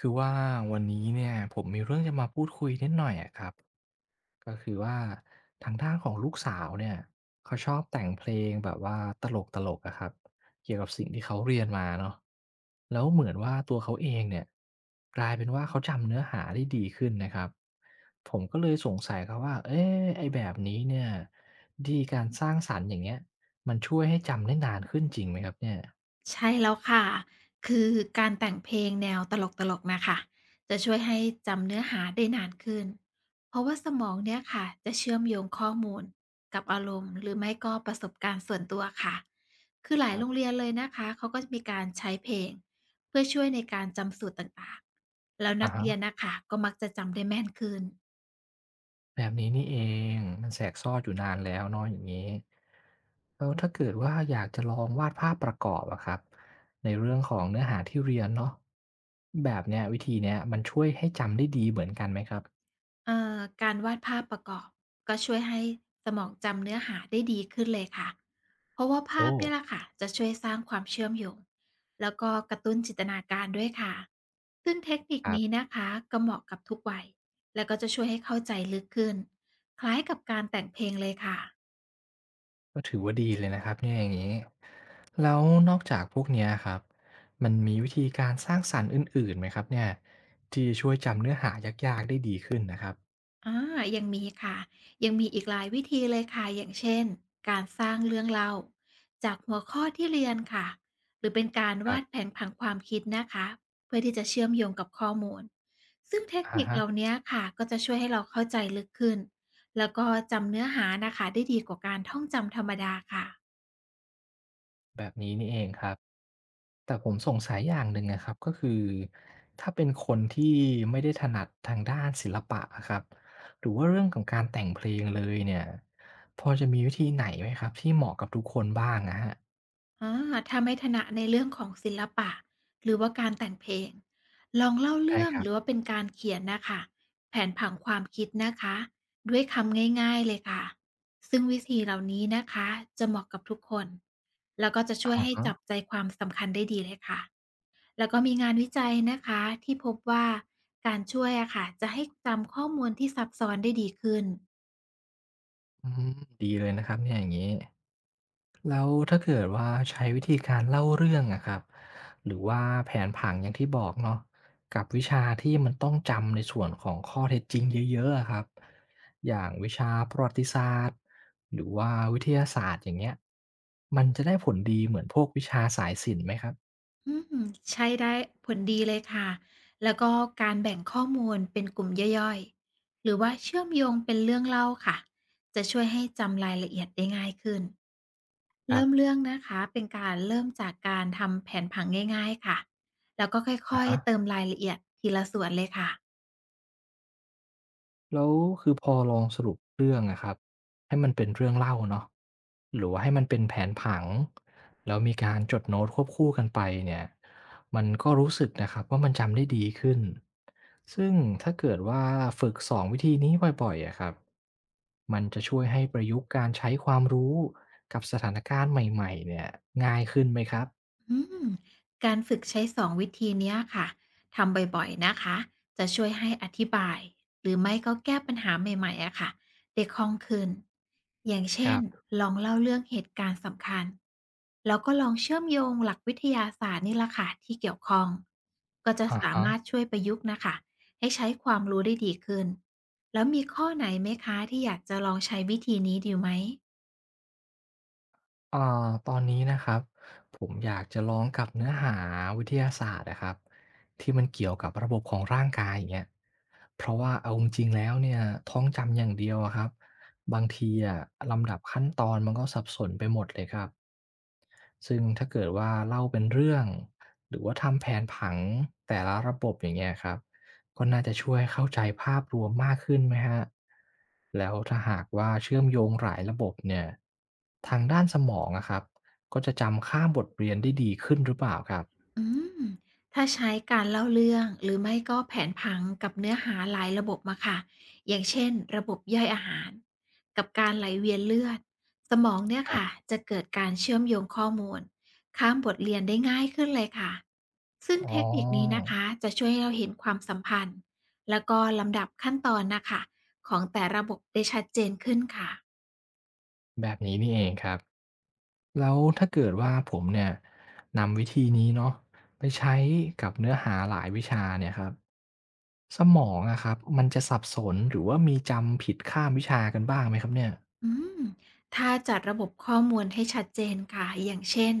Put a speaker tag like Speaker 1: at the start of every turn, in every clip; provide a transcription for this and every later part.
Speaker 1: คือว่าวันนี้เนี่ยผมมีเรื่องจะมาพูดคุยนิดหน่อยอะครับก็คือว่าทางด้านของลูกสาวเนี่ยเขาชอบแต่งเพลงแบบว่าตลกตลกอะครับเกี่ยวกับสิ่งที่เขาเรียนมาเนาะแล้วเหมือนว่าตัวเขาเองเนี่ยกลายเป็นว่าเขาจำเนื้อหาได้ดีขึ้นนะครับผมก็เลยสงสัยครับว่าเอ๊ะไอ้แบบนี้เนี่ยดีการสร้างสรรค์อย่างเงี้ยมันช่วยให้จำได้นานขึ้นจริงไหมครับเนี่ย
Speaker 2: ใช่แล้วค่ะ คือการแต่งเพลงแนวตลกๆ นะคะ จะช่วยให้จำเนื้อหาได้นานขึ้น เพราะว่าสมองเนี่ยค่ะ จะเชื่อมโยงข้อมูลกับอารมณ์หรือไม่ก็ประสบการณ์ส่วนตัวค่ะ คือหลา
Speaker 1: ค
Speaker 2: ย
Speaker 1: รั
Speaker 2: โร
Speaker 1: บ
Speaker 2: งเรียนเลยนะคะ เขาก็จะมีการใช้เพลงเพื่อช่วยในการจำสูตรต่างๆ แล้ว
Speaker 1: อะ
Speaker 2: นัก
Speaker 1: ฮะ
Speaker 2: เรียนนะคะก็มักจะจำได้แม่นขึ้น
Speaker 1: แบบนี้นี่เองมันแสกซ่อนอยู่นานแล้วเนาะอย่างงี้แล้วถ้าเกิดว่าอยากจะลองวาดภาพประกอบอะครับในเรื่องของเนื้อหาที่เรียนเนาะแบบเนี้ยวิธีเนี้ยมันช่วยให้จำได้ดีเหมือนกันไหมครับ
Speaker 2: การวาดภาพประกอบก็ช่วยให้สมองจำเนื้อหาได้ดีขึ้นเลยค่ะเพราะว่าภา
Speaker 1: โอ้
Speaker 2: พเนี่ยแหละค่ะจะช่วยสร้างความเชื่อมโยงแล้วก็กระตุ้นจินตนาการด้วยค่ะซึ่งเทคนิค
Speaker 1: ครั
Speaker 2: นี้
Speaker 1: บ
Speaker 2: นะคะก็เหมาะกับทุกวัยแล้วก็จะช่วยให้เข้าใจลึกขึ้นคล้ายกับการแต่งเพลงเลยค่ะ
Speaker 1: ก็ถือว่าดีเลยนะครับเนี่ยอย่างงี้แล้วนอกจากพวกเนี้ยครับมันมีวิธีการสร้างสรรค์อื่นๆไหมครับเนี่ยที่จะช่วยจำเนื้อหายากๆได้ดีขึ้นนะครับ
Speaker 2: อายังมีค่ะยังมีอีกหลายวิธีเลยค่ะอย่างเช่นการสร้างเรื่องเล่าจากหัวข้อที่เรียนค่ะหรือเป็นการ
Speaker 1: ครั
Speaker 2: วาดแผ
Speaker 1: บ
Speaker 2: นผังความคิดนะคะเพื่อที่จะเชื่อมโยงกับข้อมูลซึ่งเทค
Speaker 1: อะ
Speaker 2: นิค
Speaker 1: ฮะ
Speaker 2: เหล่านี้ค่ะก็จะช่วยให้เราเข้าใจลึกขึ้นแล้วก็จำเนื้อหานะคะได้ดีกว่าการท่องจำธรรมดาค่ะ
Speaker 1: แบบนี้นี่เองครับ แต่ผมสงสัยอย่างหนึ่งนะครับก็คือถ้าเป็นคนที่ไม่ได้ถนัดทางด้านศิลปะอะครับหรือว่าเรื่องของการแต่งเพลงเลยเนี่ยพอจะมีวิธีไหนไหมครับที่เหมาะกับทุกคนบ้างอะครับ
Speaker 2: อาถ้าไม่ถนัดในเรื่องของศิลปะหรือว่าการแต่งเพลงลองเล่า
Speaker 1: ใช่
Speaker 2: เรื่อ
Speaker 1: ค
Speaker 2: ง
Speaker 1: รั
Speaker 2: หรือ
Speaker 1: บ
Speaker 2: ว่าเป็นการเขียนน่ะค่ะแผนผังความคิดนะคะด้วยคำง่ายๆเลยค่ะซึ่งวิธีเหล่านี้นะคะจะเหมาะกับทุกคนแล้วก็จะช่วย
Speaker 1: อะ
Speaker 2: ให้จับ
Speaker 1: ฮะ
Speaker 2: ใจความสำคัญได้ดีเลยค่ะแล้วก็มีงานวิจัยนะคะที่พบว่าการช่วยอะค่ะจะให้จำข้อมูลที่ซับซ้อนได้ดีขึ้น
Speaker 1: อืมดีเลยนะครับเนี่ยอย่างงี้ แล้วถ้าเกิดว่าใช้วิธีการเล่าเรื่องอะครับหรือว่าแผนผังอย่างที่บอกเนาะกับวิชาที่มันต้องจำในส่วนของข้อเท็จจริงเยอะๆอะครับอย่างวิชาประวัติศาสตร์หรือว่าวิทยาศาสตร์อย่างเงี้ยมันจะได้ผลดีเหมือนพวกวิชาสายศิลป์ไหมครับ
Speaker 2: อืมใช่ได้ผลดีเลยค่ะแล้วก็การแบ่งข้อมูลเป็นกลุ่มย่อยๆหรือว่าเชื่อมโยงเป็นเรื่องเล่าค่ะจะช่วยให้จำรายละเอียดได้ง่ายขึ้น
Speaker 1: ครั
Speaker 2: เริ่
Speaker 1: บ
Speaker 2: มเรื่องนะคะ เป็นการเริ่มจากการทำแผนผังง่ายๆ ค่ะ แล้วก็ค่
Speaker 1: อะ
Speaker 2: อย
Speaker 1: ฮะ
Speaker 2: ๆ เติมรายละเอียดทีละส่วนเลยค่ะ
Speaker 1: แล้วคือพอลองสรุปเรื่องอะครับให้มันเป็นเรื่องเล่าเนาะหรือว่าให้มันเป็นแผนผังแล้วมีการจดโน้ตควบคู่กันไปเนี่ยมันก็รู้สึกนะครับว่ามันจำได้ดีขึ้นซึ่งถ้าเกิดว่าฝึก2วิธีนี้บ่อยๆอะครับมันจะช่วยให้ประยุกต์การใช้ความรู้กับสถานการณ์ใหม่ๆเนี่ยง่ายขึ้นไหมครับ
Speaker 2: อืมการฝึกใช้สองวิธีเนี้ยค่ะทำบ่อยๆนะคะจะช่วยให้อธิบายหรือไม่ก็แก้ปัญหาใหม่ๆอะค่ะได้คล่องขึ้นอย่าง
Speaker 1: ค
Speaker 2: เช่น
Speaker 1: รับ
Speaker 2: ลองเล่าเรื่องเหตุการณ์สำคัญแล้วก็ลองเชื่อมโยงหลักวิทยาศาสตร์นี่ละค่ะที่เกี่ยวข้องก็จะ
Speaker 1: อะ
Speaker 2: สา
Speaker 1: ฮะ
Speaker 2: มารถช่วยประยุกต์นะคะให้ใช้ความรู้ได้ดีขึ้นแล้วมีข้อไหนไหมคะที่อยากจะลองใช้วิธีนี้ดีไหม
Speaker 1: อ่าตอนนี้นะครับผมอยากจะลองกับเนื้อหาวิทยาศาสตร์นะครับที่มันเกี่ยวกับระบบของร่างกายอย่างเงี้ยเพราะว่าเอาจริงๆแล้วเนี่ยท้องจำอย่างเดียวอะครับบางทีอะลำดับขั้นตอนมันก็สับสนไปหมดเลยครับซึ่งถ้าเกิดว่าเล่าเป็นเรื่องหรือว่าทำแผนผังแต่ละระบบอย่างเงี้ยครับ ก็น่าจะช่วยเข้าใจภาพรวมมากขึ้นไหมฮะแล้วถ้าหากว่าเชื่อมโยงหลายระบบเนี่ยทางด้านสมองอะครับก็จะจำข้ามบทเรียนได้ดีขึ้นหรือเปล่าครับ
Speaker 2: อืมถ้าใช้การเล่าเรื่องหรือไม่ก็แผนผังกับเนื้อหาหลายระบบมาค่ะอย่างเช่นระบบย่อยอาหารกับการไหลเวียนเลือดสมองเนี่ย
Speaker 1: ครั
Speaker 2: ค่ะ
Speaker 1: บ
Speaker 2: จะเกิดการเชื่อมโยงข้อมูลข้ามบทเรียนได้ง่ายขึ้นเลยค่ะซึ่ง
Speaker 1: อ๋อ
Speaker 2: เทคนิคนี้นะคะจะช่วยให้เราเห็นความสัมพันธ์แล้วก็ลำดับขั้นตอนนะคะของแต่ระบบได้ชัดเจนขึ้นค่ะ
Speaker 1: แบบนี้นี่เองครับ แล้วถ้าเกิดว่าผมเนี่ยนำวิธีนี้เนาะไปใช้กับเนื้อหาหลายวิชาเนี่ยครับสมองอะครับมันจะสับสนหรือว่ามีจำผิดข้ามวิชากันบ้างไหมครับเนี่ย
Speaker 2: อืมถ้าจัดระบบข้อมูลให้ชัดเจนค่ะอย่างเช่น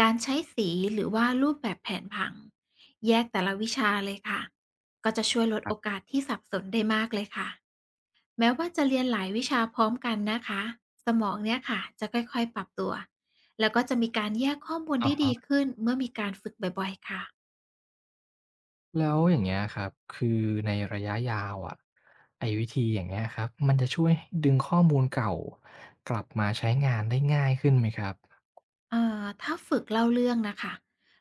Speaker 2: การใช้สีหรือว่ารูปแบบแผนผังแยกแต่ละวิชาเลยค่ะก็จะช่วยลด
Speaker 1: ค
Speaker 2: โอ
Speaker 1: รับ
Speaker 2: กาสที่สับสนได้มากเลยค่ะแม้ว่าจะเรียนหลายวิชาพร้อมกันนะคะสมองเนี่ยค่ะจะค่อยๆปรับตัวแล้วก็จะมีการแยกข้อมูล
Speaker 1: อะ
Speaker 2: ได้ดี
Speaker 1: ฮะ
Speaker 2: ขึ้นเมื่อมีการฝึกบ่อยๆค่ะ
Speaker 1: แล้วอย่างเงี้ยครับคือในระยะยาวอ่ะไอ้วิธีอย่างเงี้ยครับมันจะช่วยดึงข้อมูลเก่ากลับมาใช้งานได้ง่ายขึ้นไหมครับ
Speaker 2: อ่าถ้าฝึกเล่าเรื่องนะคะ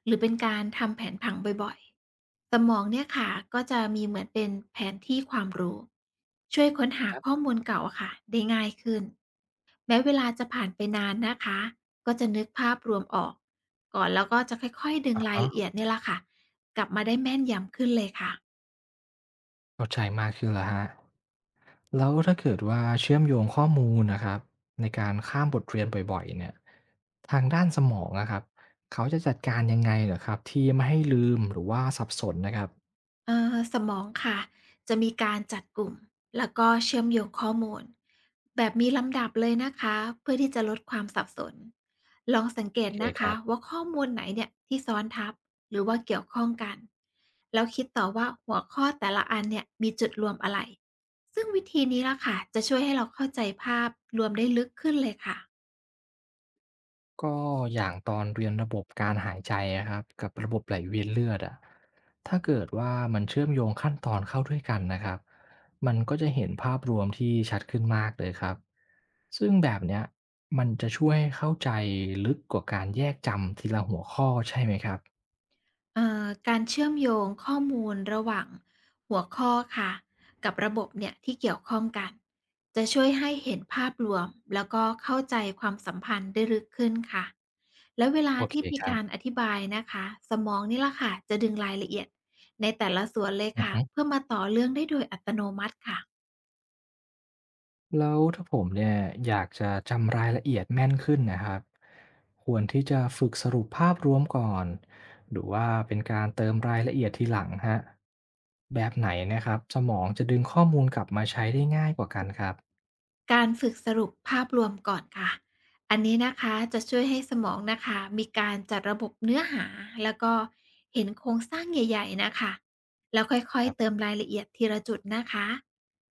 Speaker 2: หรือเป็นการทำแผนผังบ่อยๆสมองเนี่ยค่ะก็จะมีเหมือนเป็นแผนที่ความรู้ช่วยค้นหาข้อมูลเก่าอะค่ะได้ง่ายขึ้นแม้เวลาจะผ่านไปนานนะคะก็จะนึกภาพรวมออกก่อนแล้วก็จะค่อยๆดึง
Speaker 1: อะ
Speaker 2: ราย
Speaker 1: ฮะ
Speaker 2: ละเอียดเนี่ยละค่ะกลับมาได้แม่นยำขึ้นเลยค่ะ
Speaker 1: เข้าใจมากขึ้นแล้วครับแล้วถ้าเกิดว่าเชื่อมโยงข้อมูลนะครับในการข้ามบทเรียนบ่อยๆเนี่ยทางด้านสมองอะครับเขาจะจัดการยังไงเหรอครับที่ไม่ให้ลืมหรือว่าสับสนนะครับ
Speaker 2: สมองค่ะจะมีการจัดกลุ่มแล้วก็เชื่อมโยงข้อมูลแบบมีลำดับเลยนะคะเพื่อที่จะลดความสับสนลองสังเก
Speaker 1: โอ
Speaker 2: ต
Speaker 1: เค
Speaker 2: นะ
Speaker 1: ครั
Speaker 2: คะ
Speaker 1: บ
Speaker 2: ว่าข้อมูลไหนเนี่ยที่ซ้อนทับหรือว่าเกี่ยวข้องกันแล้วคิดต่อว่าหัวข้อแต่ละอันเนี่ยมีจุดรวมอะไรซึ่งวิธีนี้ละค่ะจะช่วยให้เราเข้าใจภาพรวมได้ลึกขึ้นเลยค่ะ
Speaker 1: ก็อย่างตอนเรียนระบบการหายใจอะครับกับระบบไหลเวียนเลือดอะถ้าเกิดว่ามันเชื่อมโยงขั้นตอนเข้าด้วยกันนะครับมันก็จะเห็นภาพรวมที่ชัดขึ้นมากเลยครับซึ่งแบบเนี้ยมันจะช่วยเข้าใจลึกกว่าการแยกจำทีละหัวข้อใช่ไหมครับ
Speaker 2: การเชื่อมโยงข้อมูลระหว่างหัวข้อค่ะกับระบบเนี่ยที่เกี่ยวข้องกันจะช่วยให้เห็นภาพรวมแล้วก็เข้าใจความสัมพันธ์ได้ลึกขึ้นค่ะแล้วเวลา
Speaker 1: โอเค
Speaker 2: ที่มี
Speaker 1: ครั
Speaker 2: การอ
Speaker 1: บ
Speaker 2: ธิบายนะคะสมองนี่ละค่ะจะดึงรายละเอียดในแต่ละส่วนเลยค่ะเพื่อมาต่อเรื่องได้โดยอัตโนมัติค่ะ
Speaker 1: แล้วถ้าผมเนี่ยอยากจะจำรายละเอียดแม่นขึ้นนะครับควรที่จะฝึกสรุปภาพรวมก่อนหรือว่าเป็นการเติมรายละเอียดทีหลังฮะแบบไหนนะครับสมองจะดึงข้อมูลกลับมาใช้ได้ง่ายกว่ากันครับ
Speaker 2: การฝึกสรุปภาพรวมก่อนค่ะ อันนี้นะคะจะช่วยให้สมองนะคะมีการจัดระบบเนื้อหาแล้วก็เห็นโครงสร้างใหญ่ๆนะคะแล้วค่อ
Speaker 1: ค
Speaker 2: ย
Speaker 1: รั
Speaker 2: ๆเติม
Speaker 1: บ
Speaker 2: รายละเอียดทีละจุดนะคะ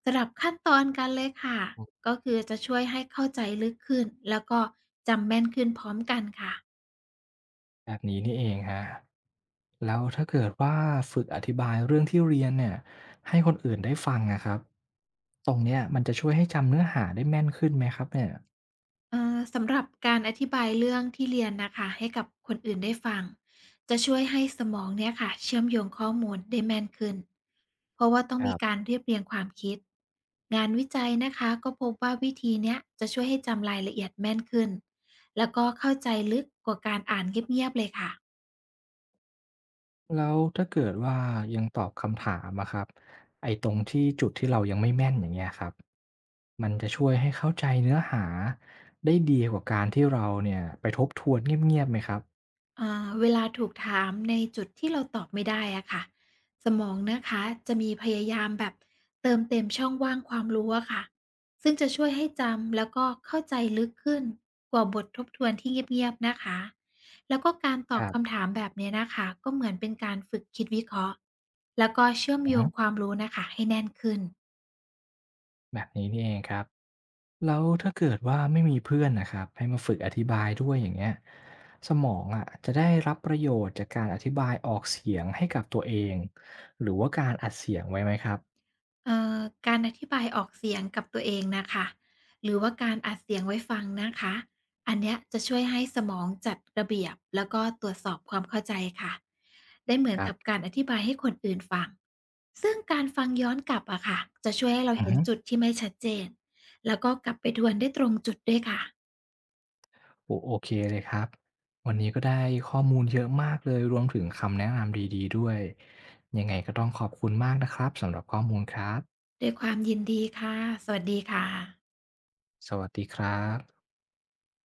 Speaker 2: สลับขั้นตอนกันเลยค่ะก็คือจะช่วยให้เข้าใจลึกขึ้นแล้วก็จำแม่นขึ้นพร้อมกันค่ะ
Speaker 1: แบบนี้นี่เองฮะแล้วถ้าเกิดว่าฝึกอธิบายเรื่องที่เรียนเนี่ยให้คนอื่นได้ฟังนะครับตรงเนี้ยมันจะช่วยให้จำเนื้อหาได้แม่นขึ้นไหมครับเนี่ย
Speaker 2: อ่าสำหรับการอธิบายเรื่องที่เรียนนะคะให้กับคนอื่นได้ฟังจะช่วยให้สมองเนี่ยค่ะเชื่อมโยงข้อมูลได้แม่นขึ้นเพราะว่าต้องมีการเรียบเรียงความคิดงานวิจัยนะคะก็พบว่าวิธีเนี้ยจะช่วยให้จำรายละเอียดแม่นขึ้นแล้วก็เข้าใจลึกกว่าการอ่านเงียบๆเลยค่ะ
Speaker 1: แล้วถ้าเกิดว่ายังตอบคำถามอะครับไอ้ตรงที่จุดที่เรายังไม่แม่นอย่างเงี้ยครับมันจะช่วยให้เข้าใจเนื้อหาได้ดีกว่าการที่เราเนี่ยไปทบทวนเงียบๆไหมครับ
Speaker 2: อ่าเวลาถูกถามในจุดที่เราตอบไม่ได้อะค่ะสมองนะคะจะมีพยายามแบบเติมเต็มช่องว่างความรู้อะค่ะซึ่งจะช่วยให้จำแล้วก็เข้าใจลึกขึ้นกว่าบททบทวนที่เงียบๆนะคะแล้วก็การต
Speaker 1: ค
Speaker 2: อบคำ
Speaker 1: รับ
Speaker 2: ถามแบบเนี้ยนะคะก็เหมือนเป็นการฝึกคิดวิเคราะห์แล้วก็เชื่อม
Speaker 1: อือ
Speaker 2: โย
Speaker 1: ฮึ
Speaker 2: งความรู้นะคะให้แน่นขึ้น
Speaker 1: แบบนี้นี่เองครับแล้วถ้าเกิดว่าไม่มีเพื่อนนะครับให้มาฝึกอธิบายด้วยอย่างเงี้ยสมองอะจะได้รับประโยชน์จากการอธิบายออกเสียงให้กับตัวเองหรือว่าการอัดเสียงไว้ไหมครับ
Speaker 2: เอ่อการอธิบายออกเสียงกับตัวเองน่ะค่ะหรือว่าการอัดเสียงไว้ฟังนะคะอันเนี้ยจะช่วยให้สมองจัดระเบียบแล้วก็ตรวจสอบความเข้าใจค่ะได้เหมือ
Speaker 1: ค
Speaker 2: น
Speaker 1: รับ
Speaker 2: กับการอธิบายให้คนอื่นฟังซึ่งการฟังย้อนกลับอะค่ะจะช่วยให้เราเห็นจุดที่ไม่ชัดเจนแล้วก็กลับไปทวนได้ตรงจุดด้วยค่ะ
Speaker 1: โอ้โอเคเลยครับวันนี้ก็ได้ข้อมูลเยอะมากเลยรวมถึงคำแนะนำดีๆด้วยยังไงก็ต้องขอบคุณมากนะครับสำหรับข้อมูลครับ
Speaker 2: ด้วยความยินดีค่ะสวัสดีค่ะ
Speaker 1: สวัสดีครับ